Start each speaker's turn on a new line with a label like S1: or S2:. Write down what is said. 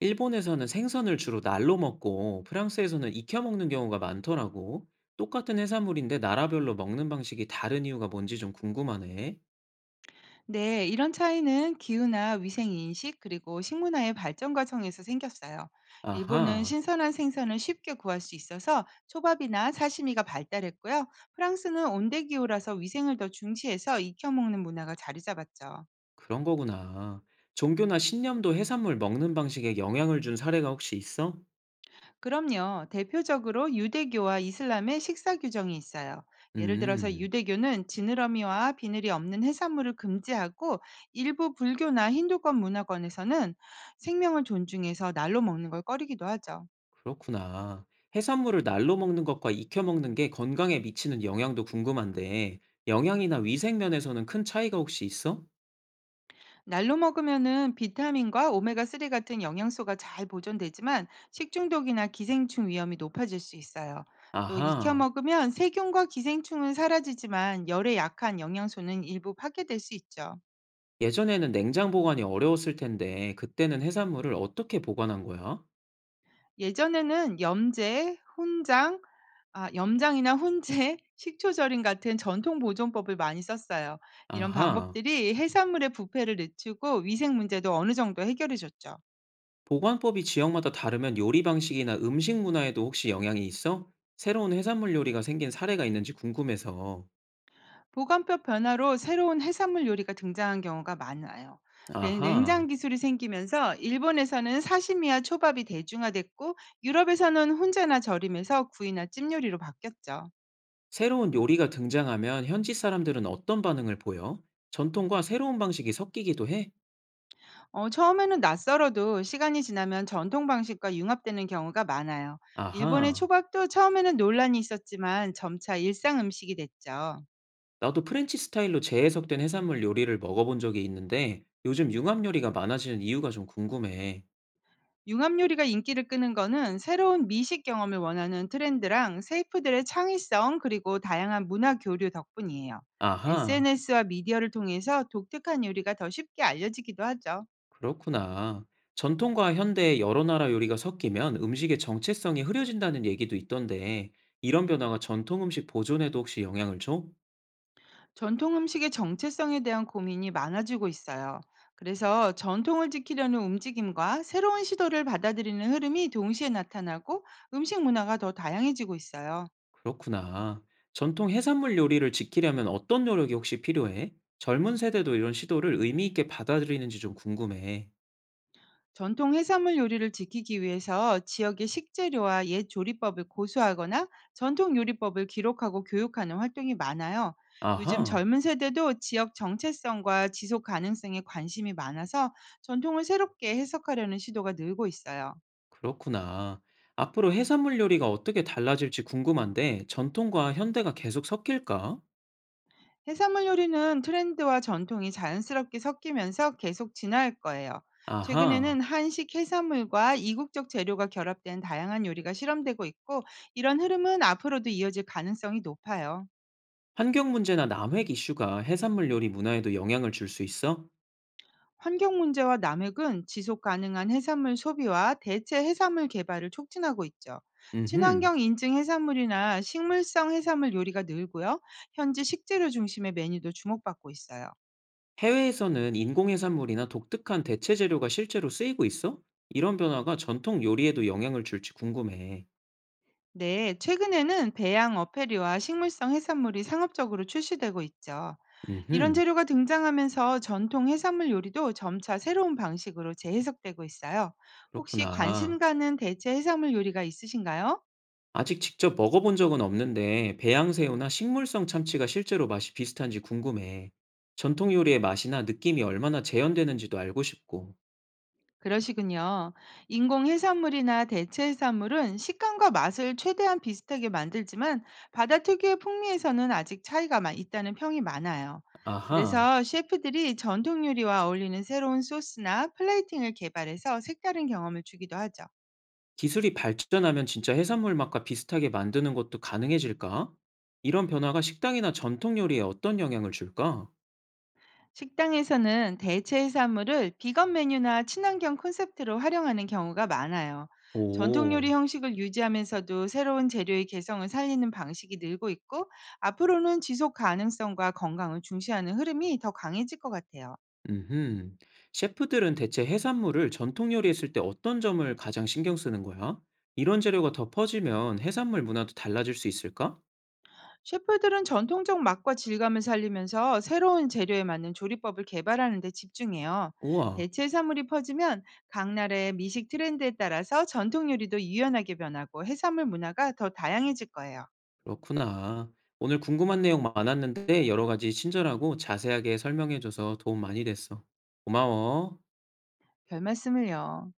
S1: 일본에서는 생선을 주로 날로 먹고 프랑스에서는 익혀 먹는 경우가 많더라고. 똑같은 해산물인데 나라별로 먹는 방식이 다른 이유가 뭔지 좀 궁금하네.
S2: 네, 이런 차이는 기후나 위생 인식 그리고 식문화의 발전 과정에서 생겼어요. 일본은
S1: 아하,
S2: 신선한 생선을 쉽게 구할 수 있어서 초밥이나 사시미가 발달했고요. 프랑스는 온대 기후라서 위생을 더 중시해서 익혀 먹는 문화가 자리 잡았죠.
S1: 그런 거구나. 종교나 신념도 해산물 먹는 방식에 영향을 준 사례가 혹시 있어?
S2: 그럼요. 대표적으로 유대교와 이슬람의 식사 규정이 있어요. 예를 들어서
S1: 음,
S2: 유대교는 지느러미와 비늘이 없는 해산물을 금지하고 일부 불교나 힌두권 문화권에서는 생명을 존중해서 날로 먹는 걸 꺼리기도 하죠.
S1: 그렇구나. 해산물을 날로 먹는 것과 익혀 먹는 게 건강에 미치는 영향도 궁금한데, 영양이나 위생 면에서는 큰 차이가 혹시 있어?
S2: 날로 먹으면은 비타민과 오메가3 같은 영양소가 잘 보존되지만 식중독이나 기생충 위험이 높아질 수 있어요. 또 익혀
S1: 아하.
S2: 먹으면 세균과 기생충은 사라지지만 열에 약한 영양소는 일부 파괴될 수 있죠.
S1: 예전에는 냉장 보관이 어려웠을 텐데 그때는 해산물을 어떻게 보관한 거야?
S2: 예전에는 염제, 훈장, 아 염장이나 훈제, 식초 절임 같은 전통 보존법을 많이 썼어요. 이런
S1: 아하,
S2: 방법들이 해산물의 부패를 늦추고 위생 문제도 어느 정도 해결해 줬죠.
S1: 보관법이 지역마다 다르면 요리 방식이나 음식 문화에도 혹시 영향이 있어? 새로운 해산물 요리가 생긴 사례가 있는지 궁금해서.
S2: 보관법 변화로 새로운 해산물 요리가 등장한 경우가 많아요.
S1: 아하,
S2: 냉장 기술이 생기면서 일본에서는 사시미와 초밥이 대중화됐고 유럽에서는 훈제나 절임에서 구이나 찜 요리로 바뀌었죠.
S1: 새로운 요리가 등장하면 현지 사람들은 어떤 반응을 보여? 전통과 새로운 방식이 섞이기도 해?
S2: 처음에는 낯설어도 시간이 지나면 전통 방식과 융합되는 경우가 많아요. 일본의
S1: 아하,
S2: 초밥도 처음에는 논란이 있었지만 점차 일상 음식이 됐죠.
S1: 나도 프렌치 스타일로 재해석된 해산물 요리를 먹어본 적이 있는데 요즘 융합 요리가 많아지는 이유가 좀 궁금해.
S2: 융합 요리가 인기를 끄는 거는 새로운 미식 경험을 원하는 트렌드랑 셰프들의 창의성 그리고 다양한 문화 교류 덕분이에요.
S1: 아하.
S2: SNS와 미디어를 통해서 독특한 요리가 더 쉽게 알려지기도 하죠.
S1: 그렇구나. 전통과 현대의 여러 나라 요리가 섞이면 음식의 정체성이 흐려진다는 얘기도 있던데, 이런 변화가 전통 음식 보존에도 혹시 영향을 줘?
S2: 전통 음식의 정체성에 대한 고민이 많아지고 있어요. 그래서 전통을 지키려는 움직임과 새로운 시도를 받아들이는 흐름이 동시에 나타나고 음식 문화가 더 다양해지고 있어요.
S1: 그렇구나. 전통 해산물 요리를 지키려면 어떤 노력이 혹시 필요해? 젊은 세대도 이런 시도를 의미 있게 받아들이는지 좀 궁금해.
S2: 전통 해산물 요리를 지키기 위해서 지역의 식재료와 옛 조리법을 고수하거나 전통 요리법을 기록하고 교육하는 활동이 많아요. 요즘
S1: 아하,
S2: 젊은 세대도 지역 정체성과 지속 가능성에 관심이 많아서 전통을 새롭게 해석하려는 시도가 늘고 있어요.
S1: 그렇구나. 앞으로 해산물 요리가 어떻게 달라질지 궁금한데, 전통과 현대가 계속 섞일까?
S2: 해산물 요리는 트렌드와 전통이 자연스럽게 섞이면서 계속 진화할 거예요.
S1: 아하.
S2: 최근에는 한식 해산물과 이국적 재료가 결합된 다양한 요리가 실험되고 있고 이런 흐름은 앞으로도 이어질 가능성이 높아요.
S1: 환경 문제나 남획 이슈가 해산물 요리 문화에도 영향을 줄 수 있어?
S2: 환경 문제와 남획은 지속 가능한 해산물 소비와 대체 해산물 개발을 촉진하고 있죠.
S1: 음흠.
S2: 친환경 인증 해산물이나 식물성 해산물 요리가 늘고요. 현지 식재료 중심의 메뉴도 주목받고 있어요.
S1: 해외에서는 인공해산물이나 독특한 대체 재료가 실제로 쓰이고 있어? 이런 변화가 전통 요리에도 영향을 줄지 궁금해.
S2: 네, 최근에는 배양 어패류와 식물성 해산물이 상업적으로 출시되고 있죠. 이런
S1: 음흠.
S2: 재료가 등장하면서 전통 해산물 요리도 점차 새로운 방식으로 재해석되고 있어요. 혹시
S1: 그렇구나.
S2: 관심 가는 대체 해산물 요리가 있으신가요?
S1: 아직 직접 먹어본 적은 없는데 배양새우나 식물성 참치가 실제로 맛이 비슷한지 궁금해. 전통 요리의 맛이나 느낌이 얼마나 재현되는지도 알고 싶고.
S2: 그러시군요. 인공 해산물이나 대체 해산물은 식감과 맛을 최대한 비슷하게 만들지만 바다 특유의 풍미에서는 아직 차이가 있다는 평이 많아요.
S1: 아하.
S2: 그래서 셰프들이 전통 요리와 어울리는 새로운 소스나 플레이팅을 개발해서 색다른 경험을 주기도 하죠.
S1: 기술이 발전하면 진짜 해산물 맛과 비슷하게 만드는 것도 가능해질까? 이런 변화가 식당이나 전통 요리에 어떤 영향을 줄까?
S2: 식당에서는 대체 해산물을 비건 메뉴나 친환경 콘셉트로 활용하는 경우가 많아요. 전통 요리
S1: 오,
S2: 형식을 유지하면서도 새로운 재료의 개성을 살리는 방식이 늘고 있고, 앞으로는 지속 가능성과 건강을 중시하는 흐름이 더 강해질 것 같아요.
S1: 음, 셰프들은 대체 해산물을 전통 요리에 쓸 때 어떤 점을 가장 신경 쓰는 거야? 이런 재료가 더 퍼지면 해산물 문화도 달라질 수 있을까?
S2: 셰프들은 전통적 맛과 질감을 살리면서 새로운 재료에 맞는 조리법을 개발하는 데 집중해요.
S1: 우와,
S2: 대체 해산물이 퍼지면 각 나라의 미식 트렌드에 따라서 전통 요리도 유연하게 변하고 해산물 문화가 더 다양해질 거예요.
S1: 그렇구나. 오늘 궁금한 내용 많았는데 여러 가지 친절하고 자세하게 설명해줘서 도움 많이 됐어. 고마워.
S2: 별말씀을요.